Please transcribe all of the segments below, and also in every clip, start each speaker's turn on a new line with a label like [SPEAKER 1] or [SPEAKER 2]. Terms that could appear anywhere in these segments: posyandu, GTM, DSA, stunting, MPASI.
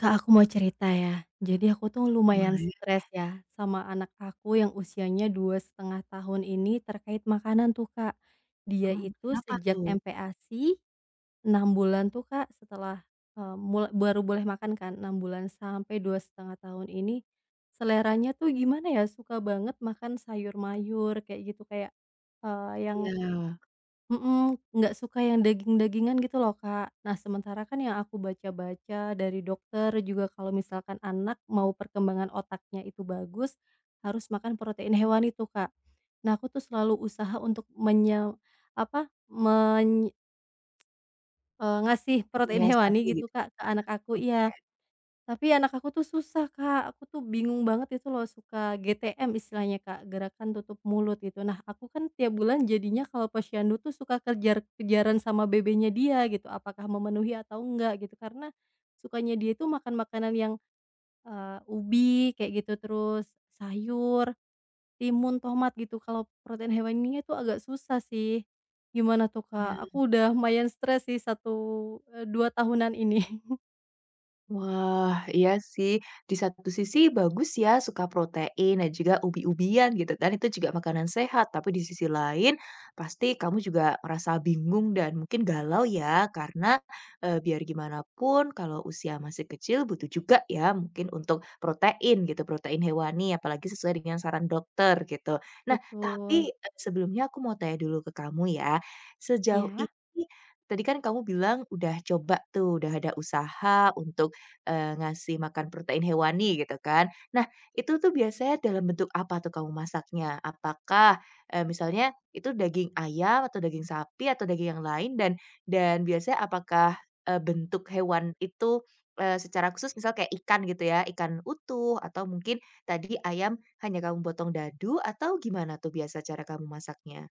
[SPEAKER 1] Kak, aku mau cerita ya. Jadi aku tuh lumayan
[SPEAKER 2] Boleh,
[SPEAKER 1] stres ya sama anak aku yang usianya 2,5 tahun ini terkait makanan tuh, Kak. Dia
[SPEAKER 2] oh
[SPEAKER 1] itu
[SPEAKER 2] kenapa
[SPEAKER 1] sejak
[SPEAKER 2] tuh?
[SPEAKER 1] MPASI 6 bulan tuh, Kak, mula baru boleh makan kan 6 bulan sampai 2,5 tahun ini seleranya tuh gimana ya, suka banget makan sayur mayur kayak gitu, kayak, eee, yang
[SPEAKER 2] Iya,
[SPEAKER 1] Mhm, nggak suka yang daging-dagingan gitu loh, Kak. Nah, sementara kan yang aku baca-baca dari dokter juga kalau misalkan anak mau perkembangan otaknya itu bagus, harus makan protein hewani tuh, Kak. Nah, aku tuh selalu usaha untuk menye apa, meny eee, ngasih protein hewani
[SPEAKER 2] menyiasati
[SPEAKER 1] gitu,
[SPEAKER 2] gitu.
[SPEAKER 1] Kak, ke anak aku
[SPEAKER 2] Oh,
[SPEAKER 1] iya. Tapi anak aku tuh susah, Kak, aku tuh bingung banget itu loh, suka GTM istilahnya, Kak, gerakan tutup mulut itu. Nah, aku kan tiap bulan jadinya kalau posyandu tuh suka kejar-kejaran sama bebenya dia gitu, apakah memenuhi atau enggak gitu. Karena sukanya dia itu makan makanan yang, ubi kayak gitu, terus sayur, timun, tomat gitu, kalau protein hewaninya tuh agak susah sih. Gimana tuh, Kak?
[SPEAKER 2] iya.
[SPEAKER 1] Aku udah lumayan stres sih satu 2 tahunan ini.
[SPEAKER 2] Wah, iya sih. Di satu sisi bagus ya suka protein dan juga ubi-ubian gitu kan, itu juga makanan sehat. Tapi di sisi lain pasti kamu juga merasa bingung dan mungkin galau ya karena, biar gimana pun kalau usia masih kecil butuh juga ya mungkin untuk protein gitu, protein hewani apalagi sesuai dengan saran dokter gitu. Nah,
[SPEAKER 1] Betul.
[SPEAKER 2] tapi, sebelumnya aku mau tanya dulu ke kamu ya, sejauh
[SPEAKER 1] Iya?
[SPEAKER 2] ini tadi kan kamu bilang udah coba tuh, udah ada usaha untuk ngasih makan protein hewani gitu kan. Nah, itu tuh biasanya dalam bentuk apa tuh kamu masaknya? Apakah, misalnya itu daging ayam atau daging sapi atau daging yang lain dan biasanya apakah, bentuk hewan itu, secara khusus misal kayak ikan gitu ya, ikan utuh atau mungkin tadi ayam hanya kamu potong dadu atau gimana tuh biasa cara kamu masaknya?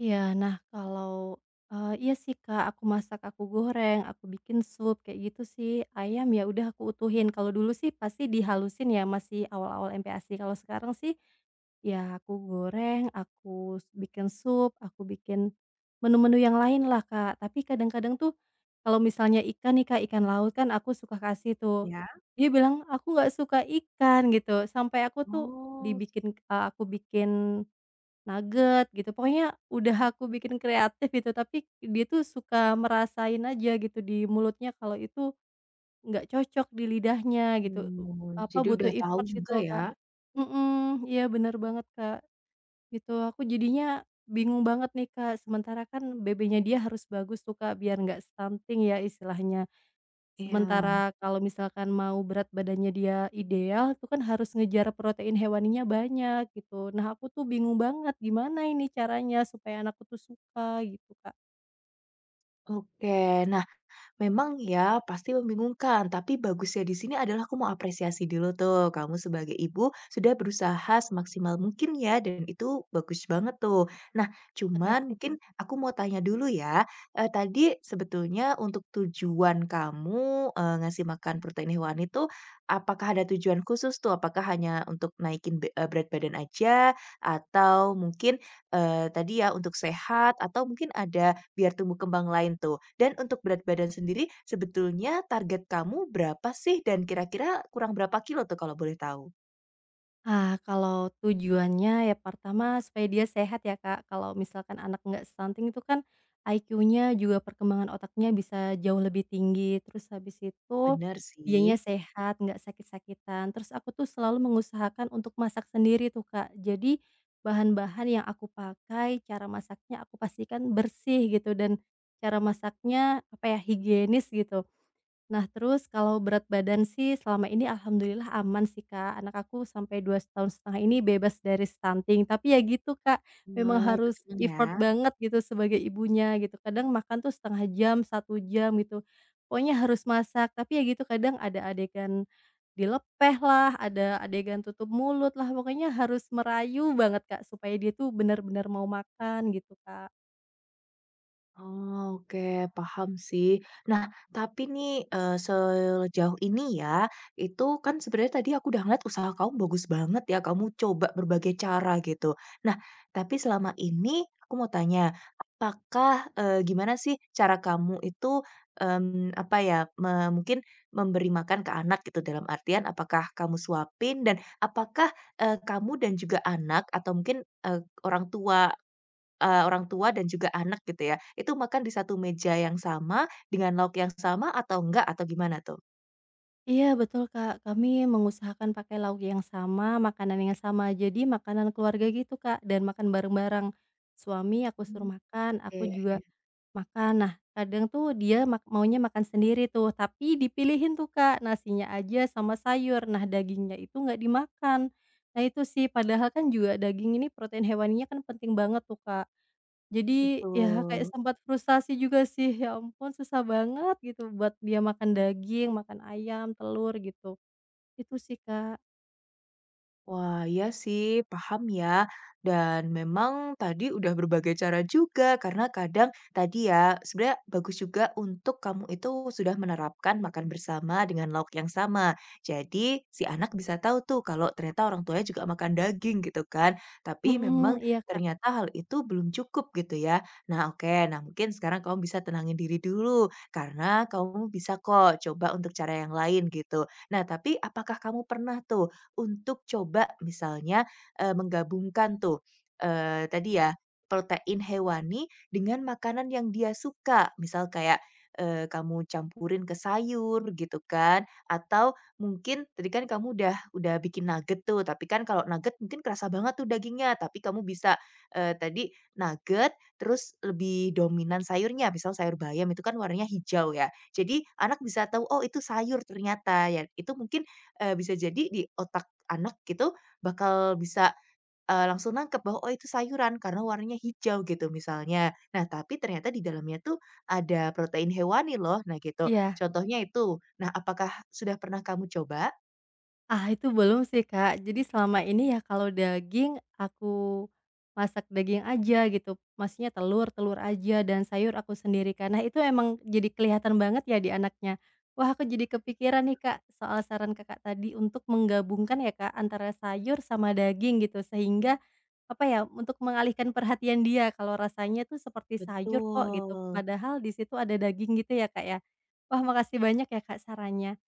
[SPEAKER 1] Iya, nah kalau, iya sih, Kak, aku masak, aku goreng, aku bikin sup, kayak gitu sih. Ayam ya udah aku utuhin, kalau dulu sih pasti dihalusin ya, masih awal-awal MPASI, kalau sekarang sih, ya aku goreng, aku s bikin sup, aku bikin menu-menu yang lain lah, Kak. Tapi kadang-kadang tuh kalau misalnya ikan nih, Kak, ikan laut kan aku suka kasih tuh,
[SPEAKER 2] Ya.
[SPEAKER 1] dia bilang, "Aku nggak suka ikan," gitu, sampai aku tuh
[SPEAKER 2] Oh,
[SPEAKER 1] aku bikin nugget gitu, pokoknya udah aku bikin kreatif gitu, tapi dia tuh suka merasain aja gitu di mulutnya kalau itu nggak cocok di lidahnya gitu,
[SPEAKER 2] gitu. Jadi
[SPEAKER 1] butuh
[SPEAKER 2] udah tahu
[SPEAKER 1] effort gitu
[SPEAKER 2] juga
[SPEAKER 1] loh,
[SPEAKER 2] ya?
[SPEAKER 1] Kak. Mhm, iya bener banget, Kak, gitu. Aku jadinya bingung banget nih, Kak, sementara kan BB-nya dia harus bagus tuh, Kak, biar nggak stunting ya istilahnya.
[SPEAKER 2] Iya.
[SPEAKER 1] Sementara kalau misalkan mau berat badannya dia ideal, itu kan harus ngejar protein hewaninya banyak gitu. Nah, aku tuh bingung banget gimana ini caranya supaya anakku tuh suka gitu, Kak.
[SPEAKER 2] Oke. Nah, memang ya, pasti membingungkan, tapi bagusnya di sini adalah aku mau apresiasi dulu tuh, kamu sebagai ibu sudah berusaha semaksimal mungkin ya, dan itu bagus banget tuh. Nah, cuman
[SPEAKER 1] Makasih.
[SPEAKER 2] mungkin aku mau tanya dulu ya, tadi sebetulnya untuk tujuan kamu, ngasih makan protein hewani itu apakah ada tujuan khusus tuh? Apakah hanya untuk naikin berat badan aja? Atau mungkin, tadi ya untuk sehat? Atau mungkin ada, biar tumbuh kembang lain tuh. Dan untuk berat badan sendiri, sebetulnya target kamu berapa sih? Dan kira-kira kurang berapa kilo tuh kalau boleh tahu?
[SPEAKER 1] Ah, kalau tujuannya ya pertama supaya dia sehat ya, Kak. Kalau misalkan anak nggak stunting itu kan IQ-nya juga perkembangan otaknya bisa jauh lebih tinggi, terus habis itu
[SPEAKER 2] Bener
[SPEAKER 1] dianya
[SPEAKER 2] sih.
[SPEAKER 1] sehat, nggak sakit-sakitan. Terus aku tuh selalu mengusahakan untuk masak sendiri tuh, Kak. Jadi bahan-bahan yang aku pakai, cara masaknya aku pastikan bersih gitu dan cara masaknya apa ya higienis gitu. Nah, terus kalau berat badan sih selama ini alhamdulillah aman sih, Kak. Anak aku sampai 2,5 tahun ini bebas dari stunting, tapi ya gitu, Kak, memang
[SPEAKER 2] Wah, ikut
[SPEAKER 1] harus
[SPEAKER 2] seneng ya.
[SPEAKER 1] effort banget gitu sebagai ibunya gitu. Kadang makan tuh setengah jam, 1 jam gitu, pokoknya harus masak. Tapi ya gitu kadang ada adegan dilepeh lah, ada adegan tutup mulut lah, pokoknya harus merayu banget, Kak, supaya dia tuh benar-benar mau makan gitu, Kak.
[SPEAKER 2] Oh, oke, paham sih. Nah, tapi nih, sejauh ini ya, itu kan sebenarnya tadi aku udah ngeliat usaha kamu bagus banget ya, kamu coba berbagai cara gitu. Nah, tapi selama ini aku mau tanya, apakah, gimana sih cara kamu itu, apa ya, mungkin memberi makan ke anak gitu, dalam artian apakah kamu suapin dan apakah, kamu dan juga anak atau mungkin, orang tua orang tua dan juga anak gitu ya, itu makan di satu meja yang sama, dengan lauk yang sama atau enggak, atau gimana tuh?
[SPEAKER 1] Iya betul, Kak. Kami mengusahakan pakai lauk yang sama, makanan yang sama. Jadi makanan keluarga gitu, Kak, dan makan bareng-bareng. Suami aku suruh makan, aku
[SPEAKER 2] Oke.
[SPEAKER 1] juga makan. Nah, kadang tuh dia maunya makan sendiri tuh, tapi dipilihin tuh, Kak, nasinya aja sama sayur. Nah, dagingnya itu nggak dimakan. Nah, itu sih, padahal kan juga daging ini protein hewaninya kan penting banget tuh, Kak. Jadi, ya kayak
[SPEAKER 2] Betul.
[SPEAKER 1] sempat frustasi juga sih, ya ampun susah banget gitu buat dia makan daging, makan ayam, telur gitu. Itu sih, Kak.
[SPEAKER 2] Wah, iya sih, paham ya. Dan memang tadi udah berbagai cara juga, karena kadang tadi ya, sebenarnya bagus juga untuk kamu itu sudah menerapkan makan bersama dengan lauk yang sama. Jadi si anak bisa tahu tuh kalau ternyata orang tuanya juga makan daging gitu kan. Tapi
[SPEAKER 1] Mhm,
[SPEAKER 2] memang
[SPEAKER 1] iya, Kak.
[SPEAKER 2] ternyata hal itu belum cukup gitu ya. Nah, oke. Nah, mungkin sekarang kamu bisa tenangin diri dulu karena kamu bisa kok coba untuk cara yang lain gitu. Nah, tapi apakah kamu pernah tuh untuk coba misalnya, menggabungkan tuh, tadi ya, protein hewani dengan makanan yang dia suka. Misal kayak, kamu campurin ke sayur gitu kan, atau mungkin tadi kan kamu udah bikin nugget tuh, tapi kan kalau nugget mungkin kerasa banget tuh dagingnya, tapi kamu bisa, tadi nugget terus lebih dominan sayurnya, misal sayur bayam itu kan warnanya hijau ya. Jadi anak bisa tahu, "Oh itu sayur ternyata," ya itu mungkin, bisa jadi di otak anak gitu bakal bisa, langsung nangkep bahwa, "Oh, itu sayuran," karena warnanya hijau gitu misalnya. Nah, tapi ternyata di dalamnya tuh ada protein hewani loh, nah gitu.
[SPEAKER 1] Iya.
[SPEAKER 2] Contohnya itu. Nah, apakah sudah pernah kamu coba?
[SPEAKER 1] Ah, itu belum sih, Kak. Jadi selama ini ya kalau daging aku masak daging aja gitu, maksudnya telur, telur aja dan sayur aku sendiri karena itu emang jadi kelihatan banget ya di anaknya. Wah, aku jadi kepikiran nih, Kak, soal saran Kakak tadi untuk menggabungkan ya, Kak, antara sayur sama daging gitu sehingga apa ya, untuk mengalihkan perhatian dia kalau rasanya tuh seperti sayur kok gitu,
[SPEAKER 2] Betul.
[SPEAKER 1] padahal di situ ada daging gitu ya, Kak, ya. Wah, makasih banyak ya, Kak, sarannya.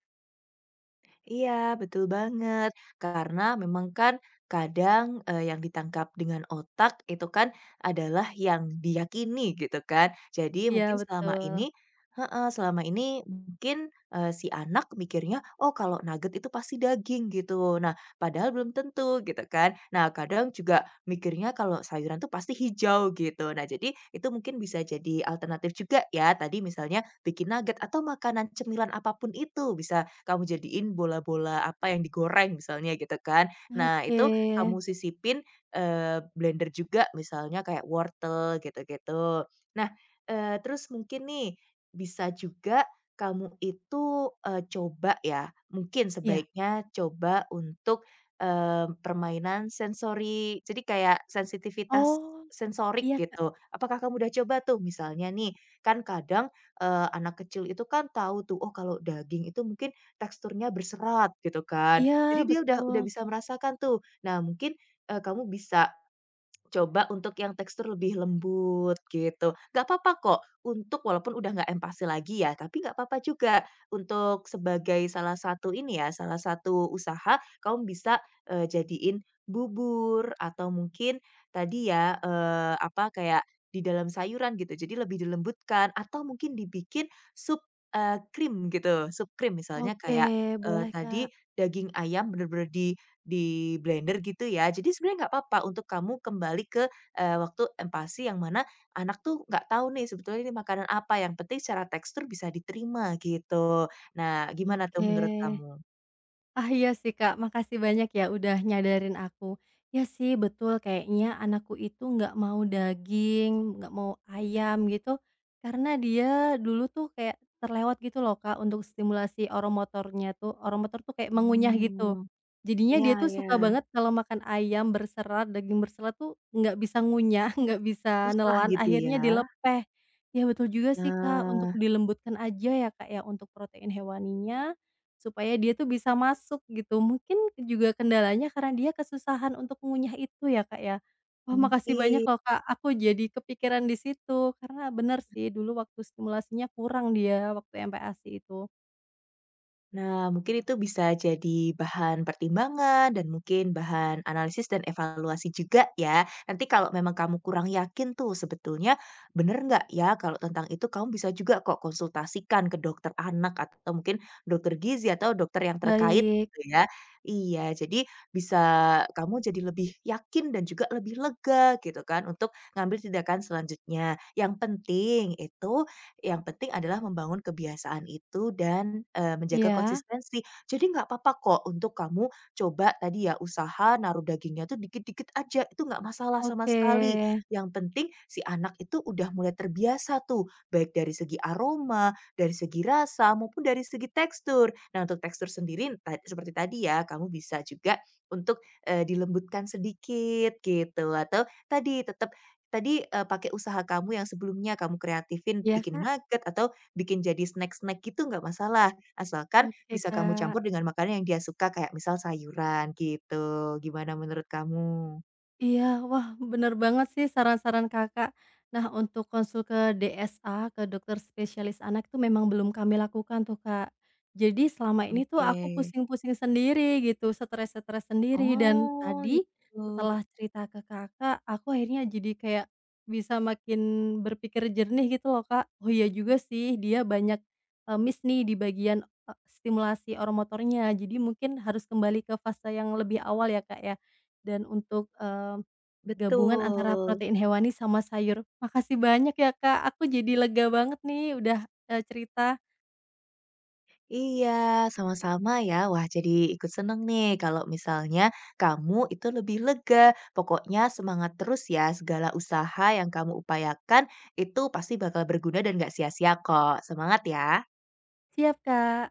[SPEAKER 2] Iya, betul banget. Karena memang kan kadang, yang ditangkap dengan otak itu kan adalah yang diyakini gitu kan. Jadi
[SPEAKER 1] Iya,
[SPEAKER 2] mungkin selama
[SPEAKER 1] betul.
[SPEAKER 2] ini heeh, selama ini mungkin, si anak mikirnya, "Oh kalau nugget itu pasti daging," gitu. Nah, padahal belum tentu gitu kan. Nah, kadang juga mikirnya kalau sayuran tuh pasti hijau gitu. Nah, jadi itu mungkin bisa jadi alternatif juga ya, tadi misalnya bikin nugget atau makanan cemilan apapun itu bisa kamu jadiin bola-bola apa yang digoreng misalnya gitu kan. Nah
[SPEAKER 1] Oke,
[SPEAKER 2] itu kamu sisipin, blender juga misalnya kayak wortel gitu-gitu. Nah, terus mungkin nih bisa juga kamu itu, coba ya, mungkin
[SPEAKER 1] iya.
[SPEAKER 2] sebaiknya coba untuk, permainan sensori jadi kayak sensitivitas
[SPEAKER 1] Oh,
[SPEAKER 2] sensorik
[SPEAKER 1] iya, Kak.
[SPEAKER 2] gitu. Apakah kamu udah coba tuh? Misalnya nih, kan kadang, anak kecil itu kan tahu tuh, oh kalau daging itu mungkin teksturnya berserat gitu kan. Jadi
[SPEAKER 1] Iya,
[SPEAKER 2] dia udah
[SPEAKER 1] betul.
[SPEAKER 2] bisa merasakan tuh. Nah mungkin, kamu bisa, coba untuk yang tekstur lebih lembut gitu. Nggak apa-apa kok untuk walaupun udah nggak empasi lagi ya, tapi nggak apa-apa juga untuk sebagai salah satu ini ya, salah satu usaha kamu bisa, jadiin bubur atau mungkin tadi ya, apa, kayak di dalam sayuran gitu, jadi lebih dilembutkan atau mungkin dibikin sup, krim gitu, sup krim misalnya
[SPEAKER 1] Oke,
[SPEAKER 2] kayak,
[SPEAKER 1] boleh, Kak.
[SPEAKER 2] tadi daging ayam bener-bener di blender gitu ya. Jadi sebenarnya nggak apa-apa untuk kamu kembali ke, waktu empasi yang mana anak tuh nggak tahu nih sebetulnya ini makanan apa, yang penting secara tekstur bisa diterima gitu. Nah, gimana tuh
[SPEAKER 1] Oke.
[SPEAKER 2] menurut kamu?
[SPEAKER 1] Ah, iya sih, Kak, makasih banyak ya udah nyadarin aku. Ya sih, betul kayaknya anakku itu nggak mau daging, nggak mau ayam gitu, karena dia dulu tuh kayak terlewat gitu loh, Kak, untuk stimulasi oromotornya tuh, oromotor tuh kayak mengunyah gitu.
[SPEAKER 2] Hmm,
[SPEAKER 1] Jadinya
[SPEAKER 2] iya
[SPEAKER 1] dia tuh
[SPEAKER 2] ya,
[SPEAKER 1] suka banget kalau makan ayam berserat, daging berserat tuh nggak bisa ngunyah, nggak bisa
[SPEAKER 2] susah
[SPEAKER 1] nelan,
[SPEAKER 2] gitu
[SPEAKER 1] akhirnya
[SPEAKER 2] ya?
[SPEAKER 1] dilepeh. Ya betul juga sih, Kak, untuk
[SPEAKER 2] Nah,
[SPEAKER 1] dilembutkan aja ya, Kak, ya, untuk protein hewaninya, supaya dia tuh bisa masuk gitu. Mungkin juga kendalanya karena dia kesusahan untuk mengunyah itu ya, Kak, ya. Wah, makasih banyak
[SPEAKER 2] mungkin
[SPEAKER 1] loh, Kak, aku jadi kepikiran di situ, karena bener sih dulu waktu stimulasinya kurang dia waktu MPASI itu.
[SPEAKER 2] Nah, mungkin itu bisa jadi bahan pertimbangan dan mungkin bahan analisis dan evaluasi juga ya. Nanti kalau memang kamu kurang yakin tuh sebetulnya bener nggak ya kalau tentang itu kamu bisa juga kok konsultasikan ke dokter anak atau mungkin dokter gizi atau dokter yang terkait
[SPEAKER 1] Baik,
[SPEAKER 2] gitu ya. Iya, jadi bisa kamu jadi lebih yakin dan juga lebih lega gitu kan untuk ngambil tindakan selanjutnya. Yang penting itu yang penting adalah membangun kebiasaan itu dan, menjaga
[SPEAKER 1] iya,
[SPEAKER 2] konsistensi. Jadi nggak apa-apa kok untuk kamu coba tadi ya usaha naruh dagingnya tuh dikit-dikit aja, itu nggak masalah sama
[SPEAKER 1] oke.
[SPEAKER 2] sekali. Yang penting si anak itu udah mulai terbiasa tuh, baik dari segi aroma, dari segi rasa, maupun dari segi tekstur. Nah untuk tekstur sendiri seperti tadi ya, kamu bisa juga untuk, dilembutkan sedikit gitu, atau tadi tetap tadi, pakai usaha kamu yang sebelumnya kamu kreatifin
[SPEAKER 1] Iya,
[SPEAKER 2] bikin
[SPEAKER 1] Kak,
[SPEAKER 2] nugget atau bikin jadi snack-snack gitu nggak masalah, asalkan
[SPEAKER 1] oke,
[SPEAKER 2] bisa kamu
[SPEAKER 1] Kak.
[SPEAKER 2] campur dengan makanan yang dia suka kayak misal sayuran gitu, gimana menurut kamu?
[SPEAKER 1] Iya, wah bener banget sih saran-saran Kakak. Nah untuk konsul ke DSA, ke dokter spesialis anak itu memang belum kami lakukan tuh, Kak. Jadi selama ini tuh
[SPEAKER 2] Oke.
[SPEAKER 1] aku pusing-pusing sendiri gitu, stres-stres sendiri dan
[SPEAKER 2] Oh,
[SPEAKER 1] tadi
[SPEAKER 2] gitu.
[SPEAKER 1] setelah cerita ke Kakak, aku akhirnya jadi kayak bisa makin berpikir jernih gitu loh, Kak. Oh iya juga sih dia banyak, miss nih di bagian, stimulasi oromotornya, jadi mungkin harus kembali ke fase yang lebih awal ya, Kak, ya. Dan untuk, gabungan antara
[SPEAKER 2] Betul.
[SPEAKER 1] protein hewani sama sayur. Makasih banyak ya, Kak, aku jadi lega banget nih udah, cerita.
[SPEAKER 2] Iya, sama-sama ya. Wah, jadi ikut seneng nih kalau misalnya kamu itu lebih lega. Pokoknya semangat terus ya. Segala usaha yang kamu upayakan itu pasti bakal berguna dan gak sia-sia kok. Semangat ya.
[SPEAKER 1] Siap, Kak.